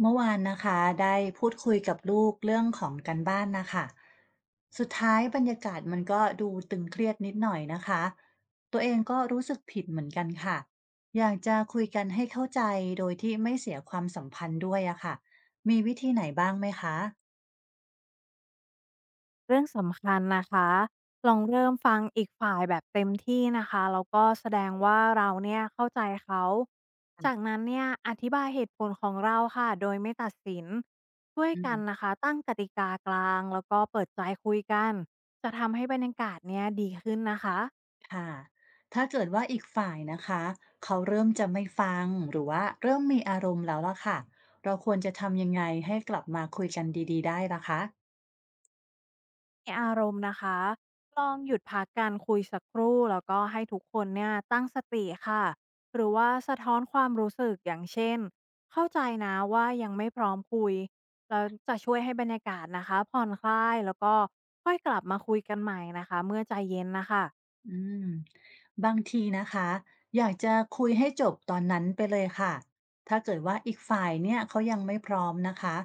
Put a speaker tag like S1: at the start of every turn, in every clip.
S1: เมื่อวานนะคะได้พูดคุยกับลูกเรื่องของการบ้านนะคะสุดท้ายบรรยากาศมันก็ดูตึงเครียดนิดหน่อยนะคะตัวเองก็รู้สึกผิดเหมือนกันค่ะอยากจะคุยกันให้เข้าใจโดยที่ไม่เสียความสัมพันธ์ด้วยอะค่ะมีวิธีไหนบ้างไหมคะ
S2: เรื่องสำคัญนะคะ ลองเริ่มฟังอีกฝ่ายแบบเต็มที่นะคะ แล้วก็แสดงว่าเราเนี่ยเข้าใจเขา จากนั้นเนี่ยอธิบายเหตุผลของเราค่ะ โดยไม่ตัดสิน ช่วย
S1: อื
S2: กัน
S1: ม
S2: นะคะ ตั้งกติกากลางแล้วก็เปิดใจคุยกัน จะทำให้บรรยากาศเนี่ยดีขึ้นนะคะ
S1: ค่ะถ้าเกิดว่าอีกฝ่ายนะคะเขาเริ่มจะไม่ฟังหรือว่าเริ่มมีอารมณ์แล้วล่ะค่ะเราควรจะทำยังไงให้กลับมาคุยกันดีๆได้ล่ะคะ
S2: ในอารมณ์นะคะลองหยุดพักการคุยสักครู่แล้วก็ให้ทุกคนเนี่ยตั้งสติค่ะหรือว่าสะท้อนความรู้สึกอย่างเช่นเข้าใจนะว่ายังไม่พร้อมคุยแล้วจะช่วยให้บรรยากาศนะคะผ่อนคลายแล้วก็ค่อยกลับมาคุยกันใหม่นะคะเมื่อใจเย็นนะคะ
S1: อืมบางทีนะคะอยากจะคุยให้จบตอนนั้นไปเลยค่ะ ถ้าเกิดว่าอีกฝ่ายเนี่ยเขายังไม่พร้อมนะคะ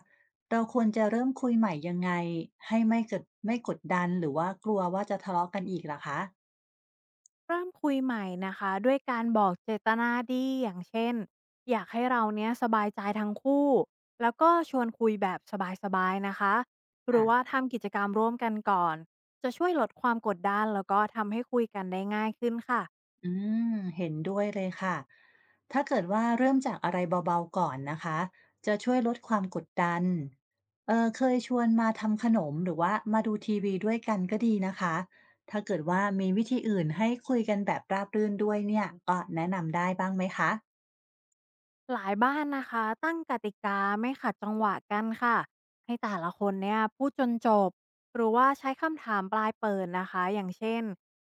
S1: เราควรจะเริ่มคุยใหม่ยังไงให้ไม่เกิดไม่กดดันหรือว่ากลัวว่าจะทะเลาะกันอีกล่ะคะ
S2: เริ่มคุยใหม่นะคะด้วยการบอกเจตนาดีอย่างเช่นอยากให้เราเนี้ยสบายใจทั้งคู่แล้วก็ชวนคุยแบบสบายๆนะคะหรือว่า
S1: ะ
S2: ทำกิจกรรมร่วมกันก่อนจะช่วยลดความกดดันแล้วก็ทำให้คุยกันได้ง่ายขึ้นค่ะ
S1: อืมเห็นด้วยเลยค่ะถ้าเกิดว่าเริ่มจากอะไรเบาๆก่อนนะคะ จะช่วยลดความกดดันเออเคยชวนมาทำขนมหรือว่ามาดูทีวีด้วยกันก็ดีนะคะ ถ้าเกิดว่ามีวิธีอื่นให้คุยกันแบบราบรื่นด้วยเนี่ยก็แนะนำได้บ้างไหมคะ
S2: หลายบ้านนะคะตั้งกติกาไม่ขัดจังหวะกันค่ะให้แต่ละคนเนี่ยพูดจนจบหรือว่าใช้คำถามปลายเปิดนะคะอย่างเช่น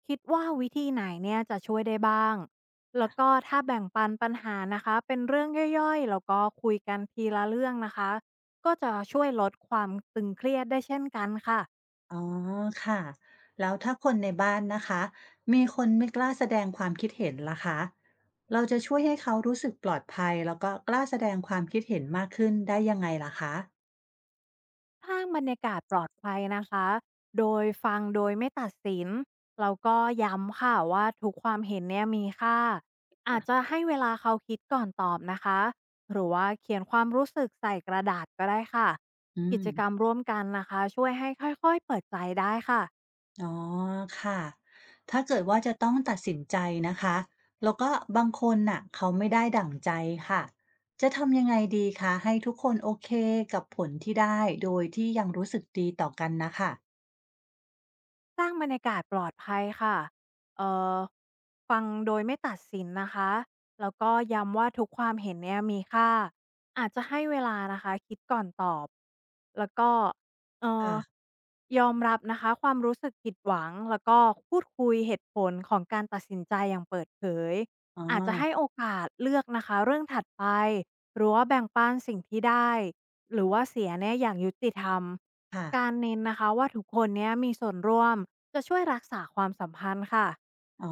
S2: คิดว่าวิธีไหนเนี่ยจะช่วยได้บ้างแล้วก็ถ้าแบ่งปันปัญหานะคะเป็นเรื่องย่อยๆแล้วก็คุยกันทีละเรื่องนะคะก็จะช่วยลดความตึงเครียดได้เช่นกันค่ะ
S1: อ๋อค่ะแล้วถ้าคนในบ้านนะคะมีคนไม่กล้าแสดงความคิดเห็นล่ะคะเราจะช่วยให้เขารู้สึกปลอดภัยแล้วก็กล้าแสดงความคิดเห็นมากขึ้นได้ยังไงล่ะคะ
S2: สร้างบรรยากาศปลอดภัยนะคะ โดยฟังโดยไม่ตัดสินแล้วก็ย้ำค่ะว่าทุกความเห็นเนี่ยมีค่าอาจจะให้เวลาเขาคิดก่อนตอบนะคะหรือว่าเขียนความรู้สึกใส่กระดาษก็ได้ค่ะ
S1: อื
S2: กิจกรรม
S1: ม
S2: ร่วมกันนะคะช่วยให้ค่อยๆเปิดใจได้ค่ะ
S1: อ๋อค่ะ ถ้าเกิดว่าจะต้องตัดสินใจนะคะ แล้วก็บางคนน่ะเขาไม่ได้ดั่งใจค่ะ จะทำยังไงดีคะให้ทุกคนโอเคกับผลที่ได้โดยที่ยังรู้สึกดีต่อกันนะค่ะ
S2: สร้างบรรยากาศปลอดภัยค่ะเอ่อฟังโดยไม่ตัดสินนะคะแล้วก็ย้ำว่าทุกความเห็นเนี่ยมีค่าอาจจะให้เวลานะคะคิดก่อนตอบแล้วก็เอ่อ
S1: ค่ะ
S2: ยอมรับนะคะความรู้สึกผิดหวังแล้วก็พูดคุยเหตุผลของการตัดสินใจอย่างเปิดเผย
S1: อ๋อ
S2: อาจจะให้โอกาสเลือกนะคะเรื่องถัดไปหรือว่าแบ่งปันสิ่งที่ได้หรือว่าเสียเนี่ยอย่างยุติธรรมกา
S1: ค่ะ
S2: รเน้นนะคะว่าทุกคนเนี้ยมีส่วนร่วม จะช่วยรักษาความสัมพันธ์ค่ะ
S1: อ๋อ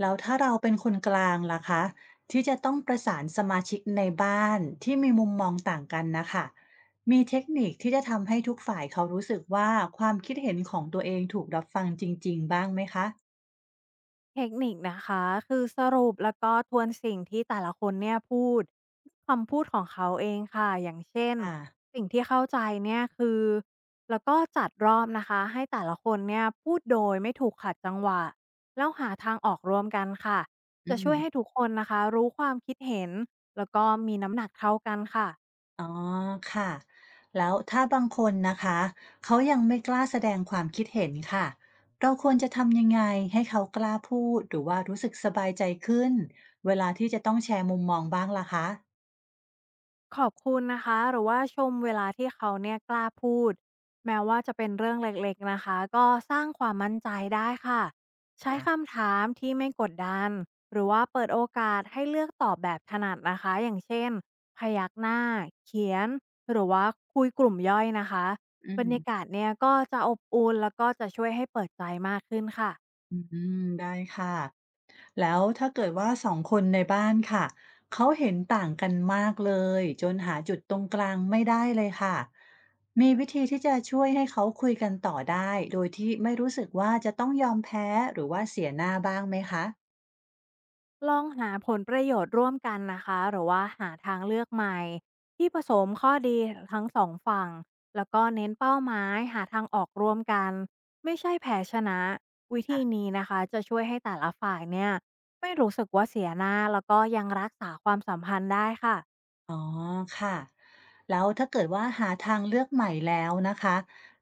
S1: แล้วถ้าเราเป็นคนกลางล่ะคะที่จะต้องประสานสมาชิกในบ้านที่มีมุมมองต่างกันนะคะมีเทคนิคที่จะทำให้ทุกฝ่ายเขารู้สึกว่าความคิดเห็นของตัวเองถูกรับฟังจริงๆบ้างไหมคะ
S2: เทคนิคนะคะคือสรุปแล้วก็ทวนสิ่งที่แต่ละคนเนี่ยพูดคำพูดของเขาเองค่ะอย่างเช่น
S1: ค่ะ
S2: สิ่งที่เข้าใจเนี่ยคือแล้วก็จัดรอบนะคะให้แต่ละคนเนี่ยพูดโดยไม่ถูกขัดจังหวะแล้วหาทางออกร่วมกันค่ะ
S1: อื
S2: จะ
S1: ม
S2: ช่วยให้ทุกคนนะคะรู้ความคิดเห็นแล้วก็มีน้ำหนักเท่ากันค่ะ
S1: อ๋อค่ะแล้วถ้าบางคนนะคะเขายังไม่กล้าแสดงความคิดเห็นค่ะเราควรจะทำยังไงให้เขากล้าพูดหรือว่ารู้สึกสบายใจขึ้นเวลาที่จะต้องแชร์มุมมองบ้างล่ะคะ
S2: ขอบคุณนะคะหรือว่าชมเวลาที่เขาเนี่ยกล้าพูดแม้ว่าจะเป็นเรื่องเล็กๆนะคะก็สร้างความมั่นใจได้ค่ะใช้คำถามที่ไม่กดดันหรือว่าเปิดโอกาสให้เลือกตอบแบบถนัดนะคะอย่างเช่นพยักหน้าเขียนหรือว่าคุยกลุ่มย่อยนะคะ
S1: อื
S2: บร
S1: ม
S2: รยากาศเนี่ยก็จะอบอุ่นแล้วก็จะช่วยให้เปิดใจมากขึ้นค่ะ
S1: อืมได้ค่ะแล้วถ้าเกิดว่าสองคนในบ้านค่ะเขาเห็นต่างกันมากเลยจนหาจุดตรงกลางไม่ได้เลยค่ะมีวิธีที่จะช่วยให้เขาคุยกันต่อได้โดยที่ไม่รู้สึกว่าจะต้องยอมแพ้หรือว่าเสียหน้าบ้างไหมคะ
S2: ลองหาผลประโยชน์ร่วมกันนะคะหรือว่าหาทางเลือกใหม่ที่ผสมข้อดีทั้งสองฝั่งแล้วก็เน้นเป้าหมายหาทางออกร่วมกันไม่ใช่แพ้ชนะวิธีนี้นะคะจะช่วยให้แต่ละฝ่ายเนี่ยไม่รู้สึกว่าเสียหน้าแล้วก็ยังรักษาความสัมพันธ์ได้ค่ะ
S1: อ๋อค่ะแล้วถ้าเกิดว่าหาทางเลือกใหม่แล้วนะคะ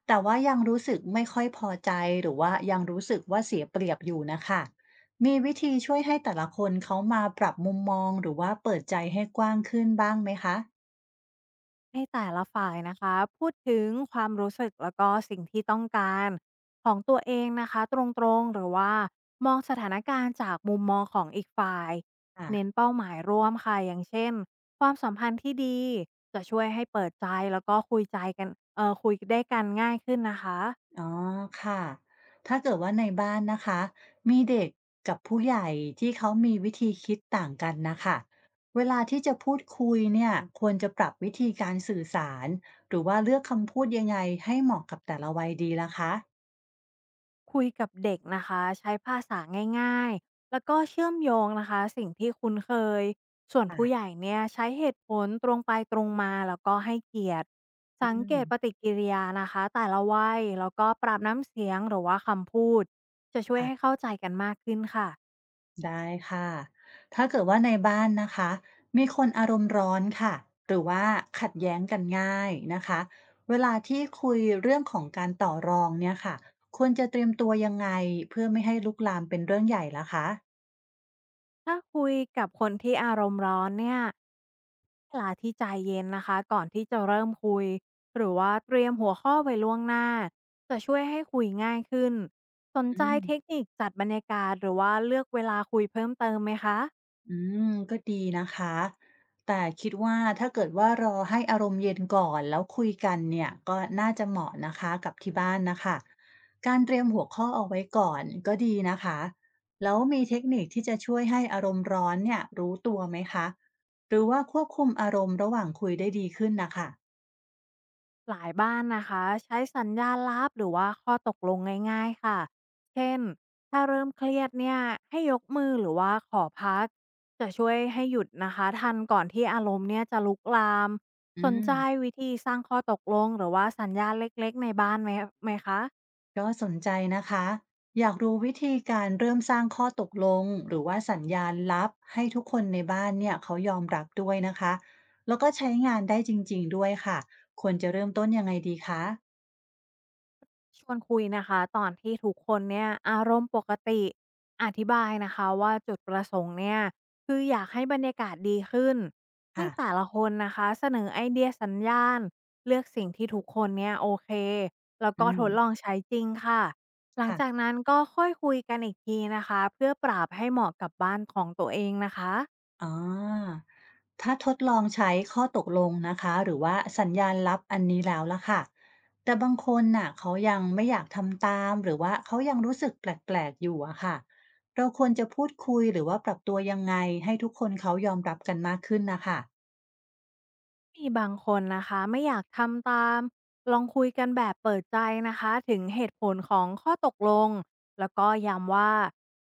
S1: แต่ว่ายังรู้สึกไม่ค่อยพอใจหรือว่ายังรู้สึกว่าเสียเปรียบอยู่นะคะมีวิธีช่วยให้แต่ละคนเขามาปรับมุมมองหรือว่าเปิดใจให้กว้างขึ้นบ้างไหมคะ
S2: ให้แต่ละฝ่ายนะคะพูดถึงความรู้สึกแล้วก็สิ่งที่ต้องการของตัวเองนะคะตรงๆหรือว่ามองสถานการณ์จากมุมมองของอีกฝ่ายเน้น
S1: ่ะ
S2: เป้าหมายร่วมค่ะอย่างเช่นความสัมพันธ์ที่ดีจะช่วยให้เปิดใจแล้วก็คุยใจกันเออคุยได้กันง่ายขึ้นนะคะ
S1: อ๋อค่ะ ถ้าเกิดว่าในบ้านนะคะมีเด็กกับผู้ใหญ่ที่เขามีวิธีคิดต่างกันนะคะเวลาที่จะพูดคุยเนี่ยควรจะปรับวิธีการสื่อสารหรือว่าเลือกคำพูดยังไงให้เหมาะกับแต่ละวัยดีล่ะคะ
S2: คุยกับเด็กนะคะใช้ภาษาง่ายๆแล้วก็เชื่อมโยงนะคะสิ่งที่คุ้นเคยส่วน
S1: อ่ะ
S2: ผู้ใหญ่เนี่ยใช้เหตุผลตรงไปตรงมาแล้วก็ให้เกียรติ
S1: อื
S2: สังเกตป
S1: ม
S2: ฏิกิริยานะคะแต่ละวัยแล้วก็ปรับน้ำเสียงหรือว่าคำพูดจะช่วย
S1: ค่ะ
S2: ให้เข้าใจกันมากขึ้นค่ะ
S1: ได้ค่ะ ถ้าเกิดว่าในบ้านนะคะมีคนอารมณ์ร้อนค่ะหรือว่าขัดแย้งกันง่ายนะคะเวลาที่คุยเรื่องของการต่อรองเนี่ยค่ะควรจะเตรียมตัวยังไงเพื่อไม่ให้ลุกลามเป็นเรื่องใหญ่ล่ะคะ
S2: ถ้าคุยกับคนที่อารมณ์ร้อนเนี่ยเวลาที่ใจเย็นนะคะก่อนที่จะเริ่มคุยหรือว่าเตรียมหัวข้อไว้ล่วงหน้าจะช่วยให้คุยง่ายขึ้นสนใจ
S1: อืม
S2: เทคนิคจัดบรรยากาศหรือว่าเลือกเวลาคุยเพิ่มเติมไหมคะ
S1: อืมก็ดีนะคะแต่คิดว่าถ้าเกิดว่ารอให้อารมณ์เย็นก่อนแล้วคุยกันเนี่ยก็น่าจะเหมาะนะคะกับที่บ้านนะคะการเตรียมหัวข้อเอาไว้ก่อนก็ดีนะคะแล้วมีเทคนิคที่จะช่วยให้อารมณ์ร้อนเนี่ยรู้ตัวไหมคะหรือว่าควบคุมอารมณ์ระหว่างคุยได้ดีขึ้นนะคะ
S2: หลายบ้านนะคะใช้สัญญาณลับหรือว่าข้อตกลงง่ายๆค่ะเช่นถ้าเริ่มเครียดเนี่ยให้ยกมือหรือว่าขอพักจะช่วยให้หยุดนะคะทันก่อนที่อารมณ์เนี่ยจะลุกลาม
S1: อื
S2: สนใจ
S1: ม
S2: วิธีสร้างข้อตกลงหรือว่าสัญญาณเล็กๆในบ้านไหมคะ
S1: ก็สนใจนะคะอยากรู้วิธีการเริ่มสร้างข้อตกลงหรือว่าสัญญาณลับให้ทุกคนในบ้านเนี่ยเขายอมรับด้วยนะคะแล้วก็ใช้งานได้จริงๆด้วยค่ะควรจะเริ่มต้นยังไงดีคะ
S2: ชวนคุยนะคะตอนที่ทุกคนเนี่ยอารมณ์ปกติอธิบายนะคะว่าจุดประสงค์เนี่ยคืออยากให้บรรยากาศดีขึ้นให้แต่
S1: ค่ะ
S2: ละคนนะคะเสนอไอเดียสัญญาณเลือกสิ่งที่ทุกคนเนี่ยโอเคแล้วก็
S1: อื
S2: ท
S1: ม
S2: ดลองใช้จริงค่ะหลัง
S1: ค่ะ
S2: จากนั้นก็ค่อยคุยกันอีกทีนะคะเพื่อปรับให้เหมาะกับบ้านของตัวเองนะคะ
S1: อ๋อ ถ้าทดลองใช้ข้อตกลงนะคะหรือว่าสัญญาณลับอันนี้แล้วล่ะค่ะแต่บางคนน่ะเขายังไม่อยากทำตามหรือว่าเขายังรู้สึกแปลกๆอยู่อะค่ะเราควรจะพูดคุยหรือว่าปรับตัวยังไงให้ทุกคนเขายอมรับกันมากขึ้นนะคะ
S2: มีบางคนนะคะไม่อยากทำตามลองคุยกันแบบเปิดใจนะคะถึงเหตุผลของข้อตกลงแล้วก็ย้ำว่า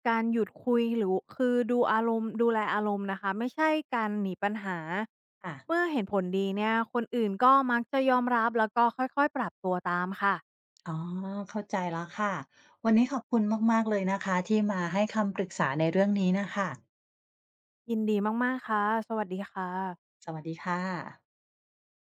S2: การหยุดคุยหรือคือดูอารมณ์ดูแลอารมณ์นะคะไม่ใช่การหนีปัญหา
S1: อ่ะ
S2: เมื่อเห็นผลดีเนี่ยคนอื่นก็มักจะยอมรับแล้วก็ค่อยๆปรับตัวตามค่ะ
S1: อ๋อเข้าใจแล้วค่ะวันนี้ขอบคุณมากๆเลยนะคะที่มาให้คำปรึกษาในเรื่องนี้นะคะ
S2: ยินดีมากๆค่ะสวัสดีค่ะ
S1: สวัสดีค่ะ